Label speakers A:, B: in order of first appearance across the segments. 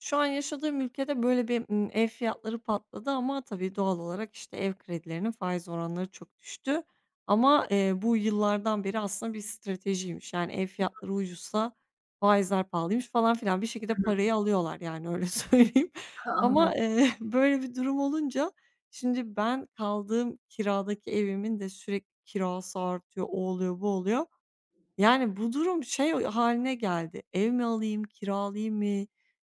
A: Şu an yaşadığım ülkede böyle bir, ev fiyatları patladı ama tabii doğal olarak, işte, ev kredilerinin faiz oranları çok düştü ama, bu yıllardan beri aslında bir stratejiymiş. Yani, ev fiyatları ucuzsa faizler pahalıymış falan filan. Bir şekilde
B: Hıı.
A: parayı alıyorlar, yani, öyle söyleyeyim ama,
B: Anladım.
A: böyle bir durum olunca şimdi ben kaldığım kiradaki evimin de sürekli kirası artıyor, o oluyor, bu oluyor. Yani, bu durum şey haline geldi, ev mi alayım, kiralayayım mı?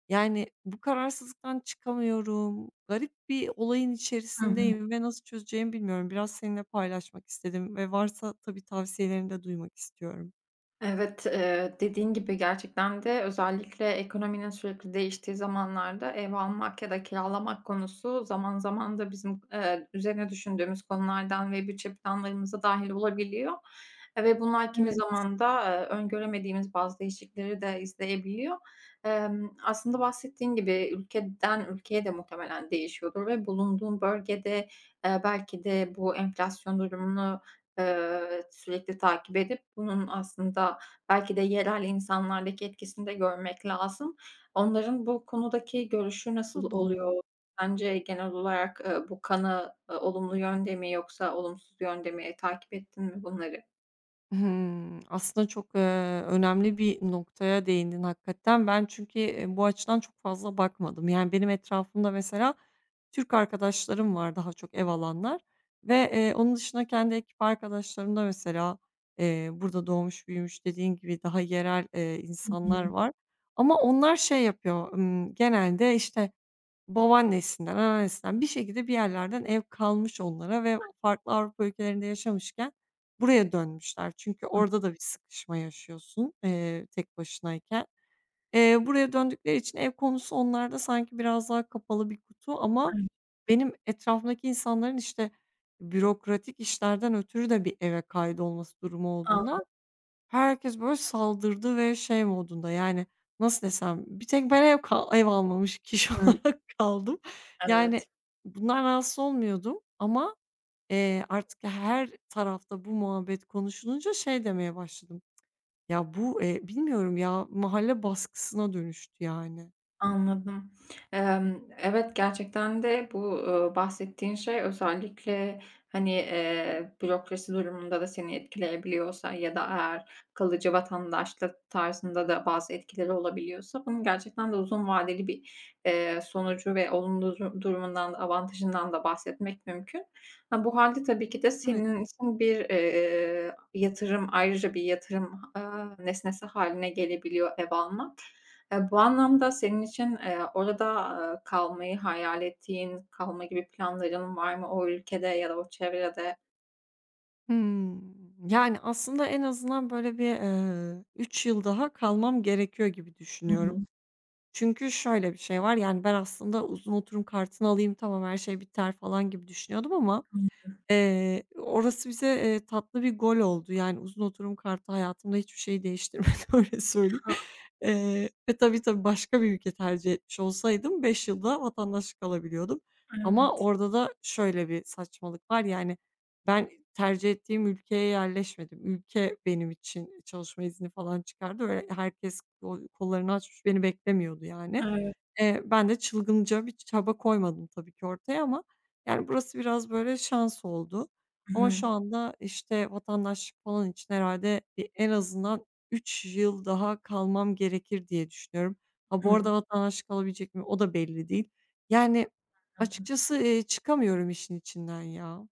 A: Yani, bu kararsızlıktan çıkamıyorum. Garip bir olayın
B: Hı hı.
A: içerisindeyim ve nasıl çözeceğimi bilmiyorum. Biraz seninle paylaşmak istedim ve varsa tabii tavsiyelerini de duymak istiyorum.
B: Evet, dediğin gibi gerçekten de özellikle ekonominin sürekli değiştiği zamanlarda ev almak ya da kiralamak konusu zaman zaman da bizim, üzerine düşündüğümüz konulardan ve bütçe planlarımıza dâhil olabiliyor. Ve bunlar kimi
A: Evet.
B: zaman da, öngöremediğimiz bazı değişiklikleri de izleyebiliyor. Aslında bahsettiğin gibi ülkeden ülkeye de muhtemelen değişiyordur ve bulunduğun bölgede, belki de bu enflasyon durumunu sürekli takip edip bunun aslında belki de yerel insanlardaki etkisini de görmek lazım. Onların bu konudaki görüşü
A: Bu
B: nasıl
A: da doğru.
B: oluyor? Sence genel olarak, bu kanı olumlu yönde mi yoksa olumsuz yönde mi? Takip ettin mi bunları?
A: Hımm. Aslında çok, önemli bir noktaya değindin hakikaten. Ben çünkü, bu açıdan çok fazla bakmadım. Yani, benim etrafımda mesela Türk arkadaşlarım var daha çok ev alanlar ve, onun dışında kendi ekip arkadaşlarımda mesela, burada doğmuş büyümüş dediğin gibi daha yerel,
B: Hı
A: insanlar
B: hı.
A: var ama onlar şey yapıyor, genelde, işte, babaannesinden, anneannesinden bir şekilde bir yerlerden ev kalmış onlara ve farklı Avrupa ülkelerinde yaşamışken buraya dönmüşler. Çünkü
B: Hı.
A: orada da bir sıkışma yaşıyorsun, tek başınayken. Buraya döndükleri için ev konusu onlarda sanki biraz daha kapalı bir kutu ama
B: Evet.
A: benim etrafımdaki insanların, işte, bürokratik işlerden ötürü de bir eve kaydolması durumu
B: Anladım.
A: olduğundan herkes, böyle, saldırdı ve şey modunda, yani, nasıl desem, bir tek ben ev almamış kişi olarak kaldım. Yani,
B: Evet.
A: bundan rahatsız olmuyordum ama, artık her tarafta bu muhabbet konuşulunca şey demeye başladım. Ya, bu, bilmiyorum ya, mahalle baskısına dönüştü, yani.
B: Anladım. Evet, gerçekten de bu, bahsettiğin şey özellikle, hani, bürokrasi durumunda da seni etkileyebiliyorsa ya da eğer kalıcı vatandaşlık tarzında da bazı etkileri olabiliyorsa bunun gerçekten de uzun vadeli bir, sonucu ve olumlu durumundan, avantajından da bahsetmek mümkün. Ha, bu halde tabii ki de
A: Evet.
B: senin için bir, yatırım, ayrıca bir yatırım, nesnesi haline gelebiliyor ev almak. Bu anlamda senin için, orada, kalmayı hayal ettiğin, kalma gibi planların var mı o ülkede ya da o çevrede?
A: Hımm. Yani, aslında en azından böyle bir, 3 yıl daha kalmam gerekiyor gibi
B: Hı
A: düşünüyorum.
B: hı.
A: Çünkü şöyle bir şey var, yani, ben aslında uzun oturum kartını alayım, tamam her şey biter falan gibi düşünüyordum ama
B: Hı.
A: Orası bize, tatlı bir gol oldu. Yani, uzun oturum kartı hayatımda hiçbir şeyi değiştirmedi, öyle söyleyeyim.
B: Ha,
A: Ve tabii, tabii başka bir ülke tercih etmiş olsaydım 5 yılda vatandaşlık alabiliyordum. Ama
B: evet.
A: orada da şöyle bir saçmalık var, yani, ben tercih ettiğim ülkeye yerleşmedim. Ülke benim için çalışma izni falan çıkardı. Öyle herkes kol kollarını açmış beni beklemiyordu, yani.
B: Evet.
A: Ben de çılgınca bir çaba koymadım tabii ki ortaya ama yani, burası biraz böyle şans oldu
B: Hı
A: ama
B: hı.
A: şu anda, işte, vatandaşlık falan için herhalde bir en azından 3 yıl daha kalmam gerekir diye düşünüyorum. Ha, bu
B: Hı.
A: arada vatandaşlık alabilecek miyim o da belli değil. Yani,
B: Anladım.
A: açıkçası, çıkamıyorum işin içinden ya.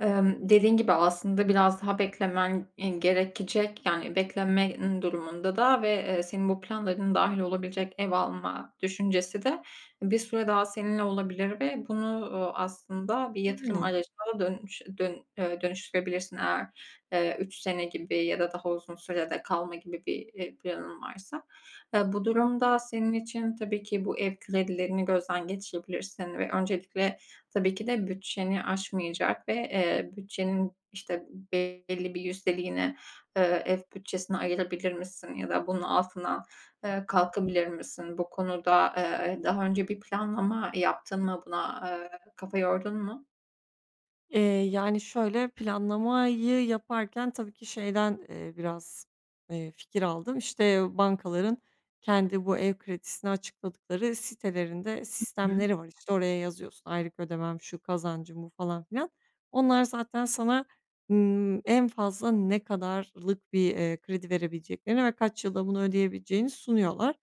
B: Dediğin gibi aslında biraz daha beklemen, gerekecek. Yani beklemen durumunda da ve, senin bu planlarına dâhil olabilecek ev alma düşüncesi de bir süre daha seninle olabilir ve bunu, aslında bir yatırım
A: Yani.
B: aracına dönüştürebilirsin eğer, 3 sene gibi ya da daha uzun sürede kalma gibi bir, planın varsa. Bu durumda senin için tabii ki bu ev kredilerini gözden geçirebilirsin ve öncelikle tabii ki de bütçeni aşmayacak ve, bütçenin, işte, belli bir yüzdeliğine ev bütçesine ayırabilir misin ya da bunun altından, kalkabilir misin? Bu konuda, daha önce bir planlama yaptın mı? Buna, kafa yordun mu?
A: Yani, şöyle, planlamayı yaparken tabii ki şeyden, biraz, fikir aldım. İşte, bankaların kendi bu ev kredisini açıkladıkları sitelerinde
B: Hı.
A: sistemleri var. İşte, oraya yazıyorsun, aylık ödemem şu, kazancım bu falan filan. Onlar zaten sana, en fazla ne kadarlık bir, kredi verebileceklerini ve kaç yılda bunu ödeyebileceğini sunuyorlar.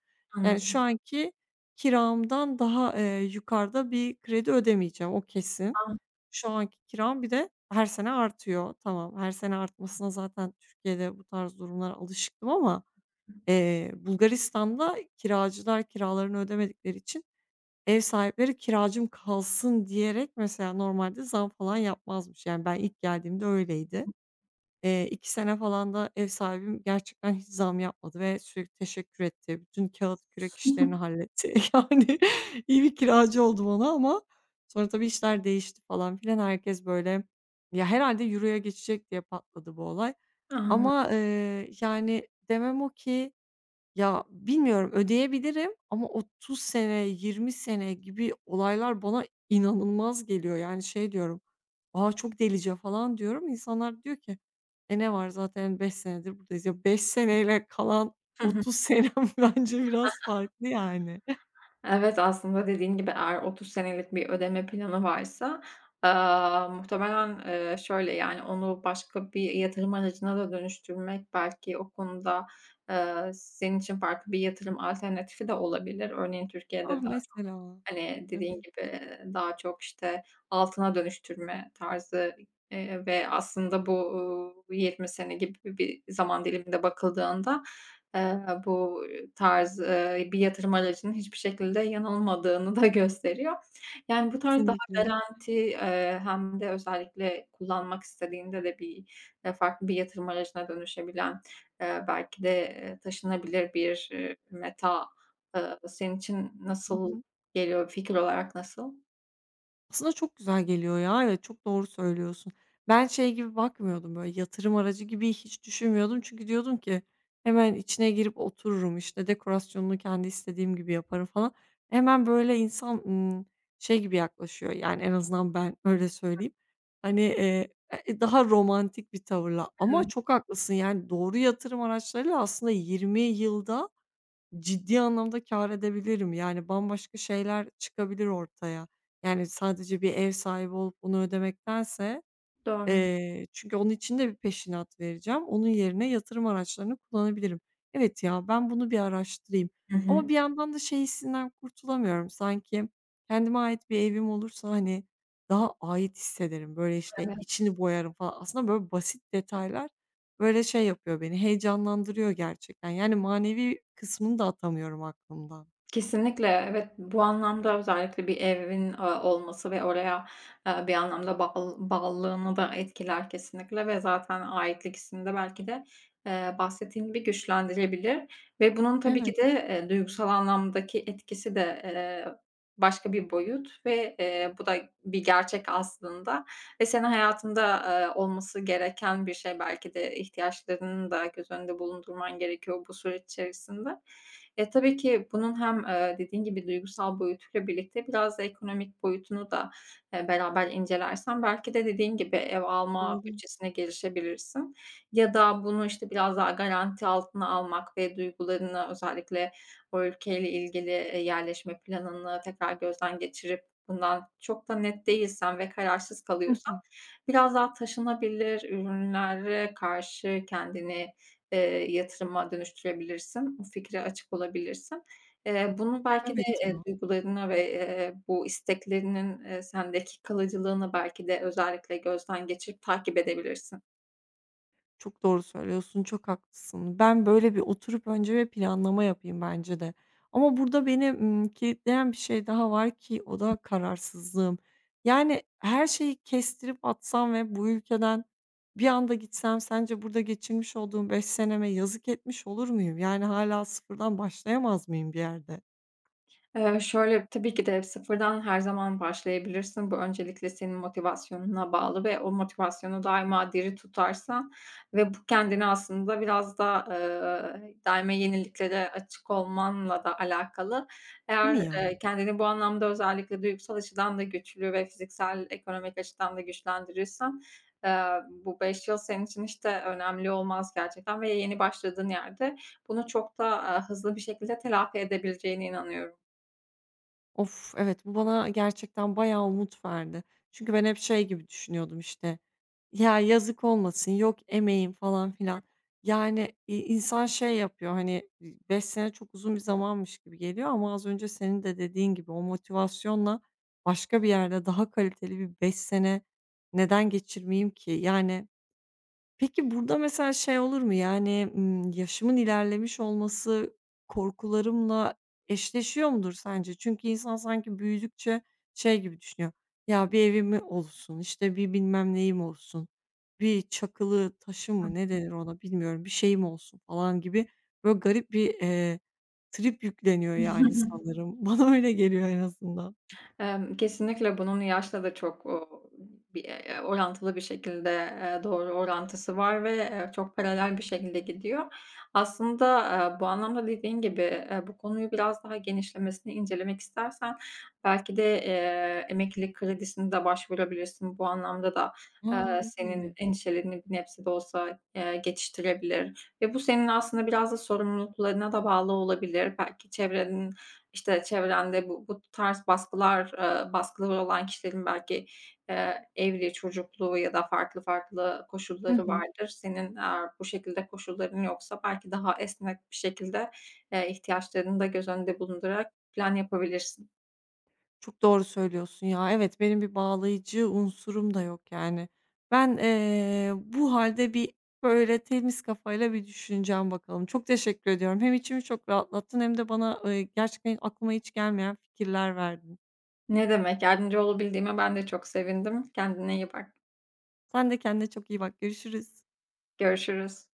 A: Yani, şu
B: Anladım.
A: anki kiramdan daha, yukarıda bir kredi ödemeyeceğim, o kesin.
B: An
A: Şu anki kiram bir de her sene artıyor. Tamam, her sene artmasına zaten Türkiye'de bu tarz durumlara alışıktım ama, Bulgaristan'da kiracılar kiralarını ödemedikleri için ev sahipleri "Kiracım kalsın." diyerek mesela normalde zam falan yapmazmış. Yani ben ilk geldiğimde öyleydi. 2 sene falan da ev sahibim gerçekten hiç zam yapmadı ve sürekli teşekkür etti. Bütün kağıt kürek işlerini halletti. Yani iyi bir kiracı oldum ona ama sonra tabii işler değişti falan filan. Herkes böyle ya, herhalde euroya geçecek diye patladı bu olay.
B: Anladım.
A: Ama, yani demem o ki ya, bilmiyorum ödeyebilirim ama 30 sene, 20 sene gibi olaylar bana inanılmaz geliyor. Yani şey diyorum, "A, çok delice." falan diyorum. İnsanlar diyor ki ne var zaten 5 senedir buradayız. Ya, 5 seneyle kalan
B: Hı hı.
A: 30 senem bence biraz farklı yani.
B: Evet, aslında dediğin gibi eğer 30 senelik bir ödeme planı varsa, muhtemelen, şöyle, yani, onu başka bir yatırım aracına da dönüştürmek belki o konuda, senin için farklı bir yatırım alternatifi de olabilir. Örneğin Türkiye'de,
A: Ah, mesela.
B: hani,
A: Evet,
B: dediğin gibi daha çok, işte, altına dönüştürme tarzı, ve aslında bu, 20 sene gibi bir zaman diliminde bakıldığında, eee, bu tarz, bir yatırım aracının hiçbir şekilde yanılmadığını da gösteriyor. Yani, bu tarz daha
A: kesinlikle.
B: garanti, hem de özellikle kullanmak istediğinde de bir, farklı bir yatırım aracına dönüşebilen, belki de, taşınabilir bir, meta, senin için nasıl geliyor fikir olarak nasıl?
A: Aslında çok güzel geliyor ya. Evet, çok doğru söylüyorsun. Ben şey gibi bakmıyordum, böyle, yatırım aracı gibi hiç düşünmüyordum. Çünkü diyordum ki hemen içine girip otururum, işte, dekorasyonunu kendi istediğim gibi yaparım falan. Hemen, böyle, insan, şey gibi yaklaşıyor, yani, en azından ben öyle söyleyeyim. Hani, daha romantik bir tavırla ama
B: Evet,
A: çok haklısın, yani, doğru yatırım araçlarıyla aslında 20 yılda ciddi anlamda kâr edebilirim. Yani bambaşka şeyler çıkabilir ortaya. Yani sadece bir ev sahibi olup onu ödemektense.
B: doğru.
A: Çünkü onun için de bir peşinat vereceğim. Onun yerine yatırım araçlarını kullanabilirim. Evet ya, ben bunu bir araştırayım.
B: Hı hı.
A: Ama bir yandan da şey hissinden kurtulamıyorum. Sanki kendime ait bir evim olursa, hani, daha ait hissederim. Böyle, işte,
B: Evet.
A: içini boyarım falan. Aslında böyle basit detaylar, böyle, şey yapıyor beni, heyecanlandırıyor gerçekten. Yani manevi kısmını da atamıyorum aklımdan.
B: Kesinlikle, evet. Bu anlamda özellikle bir evin, olması ve oraya, bir anlamda bağlılığını da etkiler kesinlikle ve zaten aitlik hissini de belki de, bahsettiğin gibi güçlendirebilir ve bunun tabii ki
A: Evet,
B: de, duygusal anlamdaki etkisi de, başka bir boyut ve, bu da bir gerçek aslında ve senin hayatında, olması gereken bir şey. Belki de ihtiyaçlarını da göz önünde bulundurman gerekiyor bu süreç içerisinde. E, tabii ki bunun hem, dediğin gibi duygusal boyutuyla birlikte biraz da ekonomik boyutunu da, beraber incelersen belki de dediğin gibi ev alma
A: doğru.
B: bütçesine gelişebilirsin ya da bunu, işte, biraz daha garanti altına almak ve duygularını özellikle o ülkeyle ilgili, yerleşme planını tekrar gözden geçirip bundan çok da net değilsen ve kararsız
A: Hı
B: kalıyorsan
A: hı.
B: biraz daha taşınabilir ürünlere karşı kendini yatırıma dönüştürebilirsin. O fikre açık olabilirsin. Bunu belki de,
A: Evet ya.
B: duygularına ve, bu isteklerinin, sendeki kalıcılığını belki de özellikle gözden geçirip takip edebilirsin.
A: Çok doğru söylüyorsun, çok haklısın. Ben böyle bir oturup önce bir planlama yapayım bence de. Ama burada beni, kilitleyen bir şey daha var ki o da kararsızlığım. Yani her şeyi kestirip atsam ve bu ülkeden bir anda gitsem sence burada geçirmiş olduğum 5 seneme yazık etmiş olur muyum? Yani hala sıfırdan başlayamaz mıyım bir yerde?
B: Şöyle, tabii ki de sıfırdan her zaman başlayabilirsin. Bu öncelikle senin motivasyonuna bağlı ve o motivasyonu daima diri tutarsan ve bu kendini aslında biraz da, daima yeniliklere açık olmanla da alakalı.
A: Değil mi
B: Eğer,
A: ya?
B: kendini bu anlamda özellikle duygusal açıdan da güçlü ve fiziksel, ekonomik açıdan da güçlendirirsen, eee, bu 5 yıl senin için işte önemli olmaz gerçekten ve yeni başladığın yerde bunu çok da, hızlı bir şekilde telafi edebileceğine inanıyorum.
A: Of, evet, bu bana gerçekten bayağı umut verdi. Çünkü ben hep şey gibi düşünüyordum, işte, "Ya, yazık olmasın, yok emeğim." falan filan. Yani, insan şey yapıyor, hani, 5 sene çok uzun bir zamanmış gibi geliyor ama az önce senin de dediğin gibi o motivasyonla başka bir yerde daha kaliteli bir 5 sene neden geçirmeyeyim ki? Yani. Peki, burada mesela şey olur mu? Yani, yaşımın ilerlemiş olması korkularımla eşleşiyor mudur sence? Çünkü insan sanki büyüdükçe şey gibi düşünüyor, "Ya, bir evim mi olsun, işte, bir bilmem neyim olsun, bir çakılı taşım mı ne denir ona bilmiyorum, bir şeyim olsun." falan gibi böyle garip bir, trip yükleniyor yani sanırım. Bana öyle geliyor en azından.
B: Kesinlikle bunun yaşla da çok, bir, orantılı bir şekilde, doğru orantısı var ve, çok paralel bir şekilde gidiyor. Aslında, bu anlamda dediğin gibi, bu konuyu biraz daha genişlemesini incelemek istersen belki de, emeklilik kredisine de başvurabilirsin. Bu anlamda da,
A: A,
B: senin
A: evet.
B: endişelerini bir nebze de olsa, geçiştirebilir ve bu senin aslında biraz da sorumluluklarına da bağlı olabilir. Belki çevrende bu tarz baskılar, baskıları olan kişilerin belki, evli, çocuklu ya da farklı farklı
A: Hı
B: koşulları
A: hı.
B: vardır. Senin eğer bu şekilde koşulların yoksa belki daha esnek bir şekilde, ihtiyaçlarını da göz önünde bulundurarak plan yapabilirsin.
A: Çok doğru söylüyorsun ya. Evet, benim bir bağlayıcı unsurum da yok yani. Ben, bu halde bir, böyle, temiz kafayla bir düşüneceğim bakalım. Çok teşekkür ediyorum. Hem içimi çok rahatlattın hem de bana, gerçekten aklıma hiç gelmeyen fikirler verdin.
B: Ne demek, yardımcı olabildiğime ben de çok sevindim. Kendine iyi bak.
A: Sen de kendine çok iyi bak. Görüşürüz.
B: Görüşürüz.